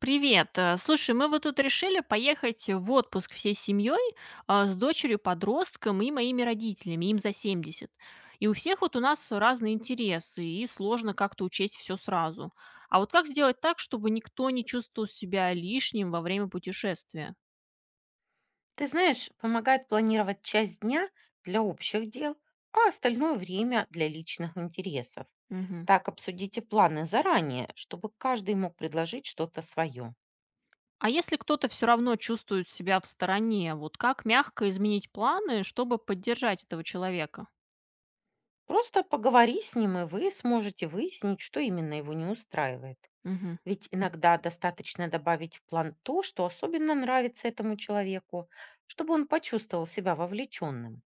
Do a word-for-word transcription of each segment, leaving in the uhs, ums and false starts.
Привет. Э, Слушай, мы вот тут решили поехать в отпуск всей семьей, а, с дочерью, подростком и моими родителями, им за семьдесят. И у всех вот у нас разные интересы, и сложно как-то учесть все сразу. А вот как сделать так, чтобы никто не чувствовал себя лишним во время путешествия? Ты знаешь, помогает планировать часть дня для общих дел, а остальное время для личных интересов. Мгм. Так обсудите планы заранее, чтобы каждый мог предложить что-то свое. А если кто-то все равно чувствует себя в стороне, вот как мягко изменить планы, чтобы поддержать этого человека? Просто поговори с ним, и вы сможете выяснить, что именно его не устраивает. Ведь иногда достаточно добавить в план то, что особенно нравится этому человеку, чтобы он почувствовал себя вовлеченным.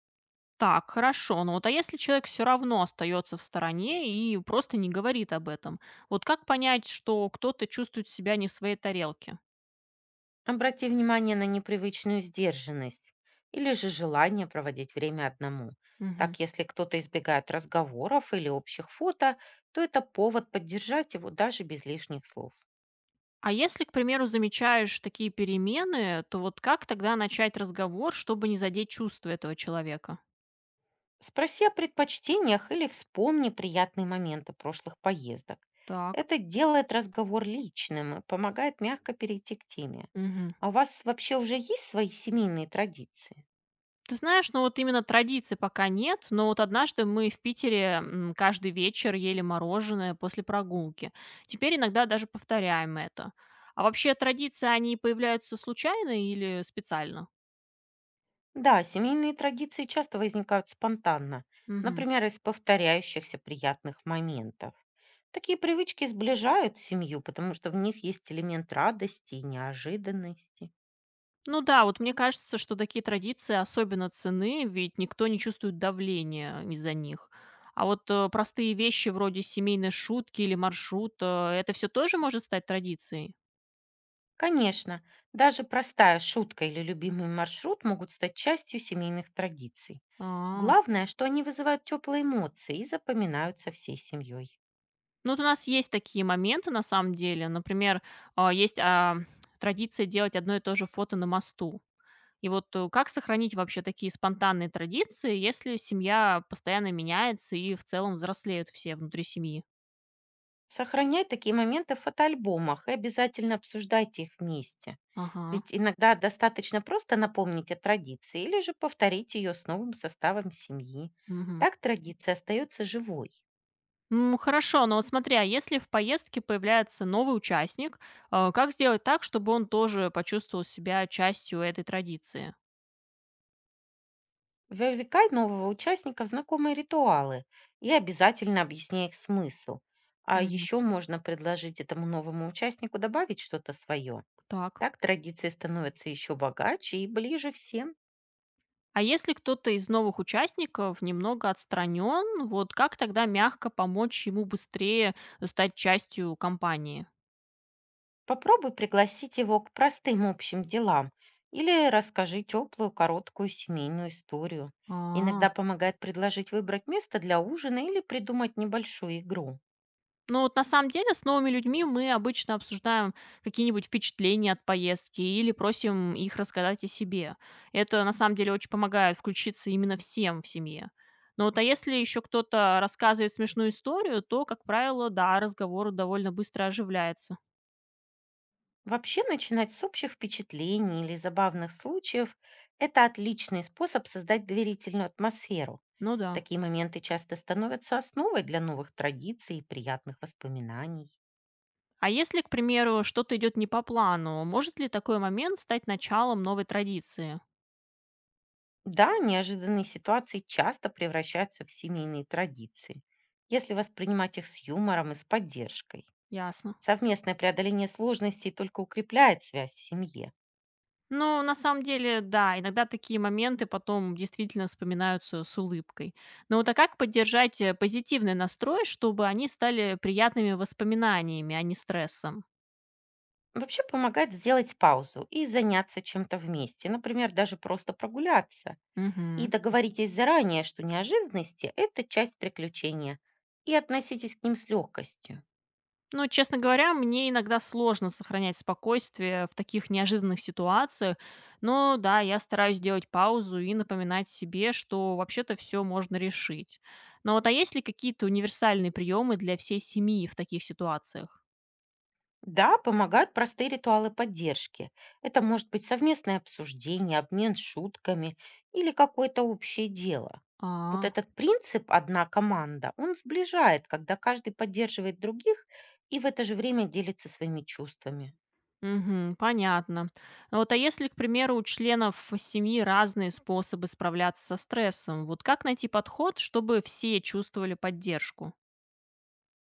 Так, хорошо. Ну вот, а если человек все равно остается в стороне и просто не говорит об этом, вот как понять, что кто-то чувствует себя не в своей тарелке? Обрати внимание на непривычную сдержанность или же желание проводить время одному. Мгм. Так, если кто-то избегает разговоров или общих фото, то это повод поддержать его даже без лишних слов. А если, к примеру, замечаешь такие перемены, то вот как тогда начать разговор, чтобы не задеть чувства этого человека? Спроси о предпочтениях или вспомни приятные моменты прошлых поездок. Так. Это делает разговор личным и помогает мягко перейти к теме. Мгм. А у вас вообще уже есть свои семейные традиции? Ты знаешь, ну вот именно традиции пока нет, но вот однажды мы в Питере, м, каждый вечер ели мороженое после прогулки. Теперь иногда даже повторяем это. А вообще традиции, они появляются случайно или специально? Да, семейные традиции часто возникают спонтанно, Мгм. например, из повторяющихся приятных моментов. Такие привычки сближают семью, потому что в них есть элемент радости и неожиданности. Ну да, вот мне кажется, что такие традиции особенно ценны, ведь никто не чувствует давления из-за них. А вот э, простые вещи вроде семейной шутки или маршрута, это все тоже может стать традицией? Конечно, даже простая шутка или любимый маршрут могут стать частью семейных традиций. А. Главное, что они вызывают теплые эмоции и запоминаются всей семьей. Ну, вот у нас есть такие моменты, на самом деле. Например, а, есть, а, традиция делать одно и то же фото на мосту. И вот, э, как сохранить вообще такие спонтанные традиции, если семья постоянно меняется и в целом взрослеют все внутри семьи? Сохраняй такие моменты в фотоальбомах и обязательно обсуждайте их вместе. Ага. Ведь иногда достаточно просто напомнить о традиции или же повторить ее с новым составом семьи. Мгм. Так традиция остается живой. Ну, хорошо, но вот смотри, а если в поездке появляется новый участник, а, как сделать так, чтобы он тоже почувствовал себя частью этой традиции? Вовлекай нового участника в знакомые ритуалы и обязательно объясняй их смысл. А Мгм. еще можно предложить этому новому участнику добавить что-то свое. Так. Так традиции становятся еще богаче и ближе всем. А если кто-то из новых участников немного отстранен, вот как тогда мягко помочь ему быстрее стать частью компании? Попробуй пригласить его к простым общим делам или расскажи теплую, короткую семейную историю. А, Иногда помогает предложить выбрать место для ужина или придумать небольшую игру. ну вот на самом деле с новыми людьми мы обычно обсуждаем какие-нибудь впечатления от поездки или просим их рассказать о себе. Это на самом деле очень помогает включиться именно всем в семье. Но вот, а если еще кто-то рассказывает смешную историю, то, как правило, да, разговор довольно быстро оживляется. Вообще начинать с общих впечатлений или забавных случаев– это отличный способ создать доверительную атмосферу. Ну да. Такие моменты часто становятся основой для новых традиций и приятных воспоминаний. А если, к примеру, что-то идет не по плану, может ли такой момент стать началом новой традиции? Да, неожиданные ситуации часто превращаются в семейные традиции, если воспринимать их с юмором и с поддержкой. Ясно. Совместное преодоление сложностей только укрепляет связь в семье. Ну, на самом деле, да, иногда такие моменты потом действительно вспоминаются с улыбкой. Но вот, а как поддержать, э, позитивный настрой, чтобы они стали приятными воспоминаниями, а не стрессом? Вообще помогает сделать паузу и заняться чем-то вместе, например, даже просто прогуляться. И Угу. договоритесь заранее, что неожиданности– это часть приключения, и относитесь к ним с легкостью. Но, честно говоря, мне иногда сложно сохранять спокойствие в таких неожиданных ситуациях. Но да, я стараюсь делать паузу и напоминать себе, что вообще-то все можно решить. Но вот, а есть ли какие-то универсальные приемы для всей семьи в таких ситуациях? Да, помогают простые ритуалы поддержки. Это может быть совместное обсуждение, обмен шутками или какое-то общее дело. Вот А, этот принцип «одна команда», он сближает, когда каждый поддерживает других и в это же время делится своими чувствами. мгм, понятно. А Вот а если, к примеру, у членов семьи разные способы справляться со стрессом, вот как найти подход, чтобы все чувствовали поддержку?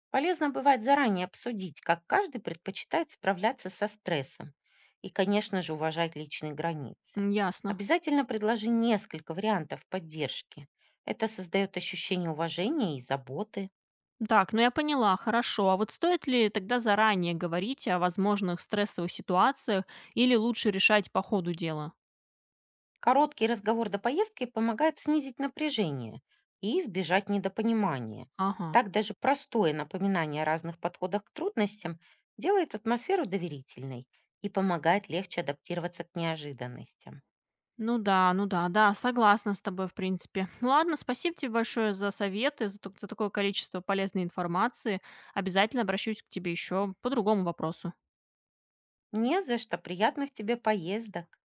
Полезно бывает заранее обсудить, как каждый предпочитает справляться со стрессом и, конечно же, уважать личные границы. М, Ясно. Обязательно предложи несколько вариантов поддержки. Это создает ощущение уважения и заботы. Так, ну я поняла, хорошо. А вот стоит ли тогда заранее говорить о возможных стрессовых ситуациях или лучше решать по ходу дела? Короткий разговор до поездки помогает снизить напряжение и избежать недопонимания. Ага. Так даже простое напоминание о разных подходах к трудностям делает атмосферу доверительной и помогает легче адаптироваться к неожиданностям. Ну да, ну да, да, согласна с тобой, в принципе. Ладно, спасибо тебе большое за советы, за, так- за такое количество полезной информации. Обязательно обращусь к тебе еще по другому вопросу. Не за что, приятных тебе поездок!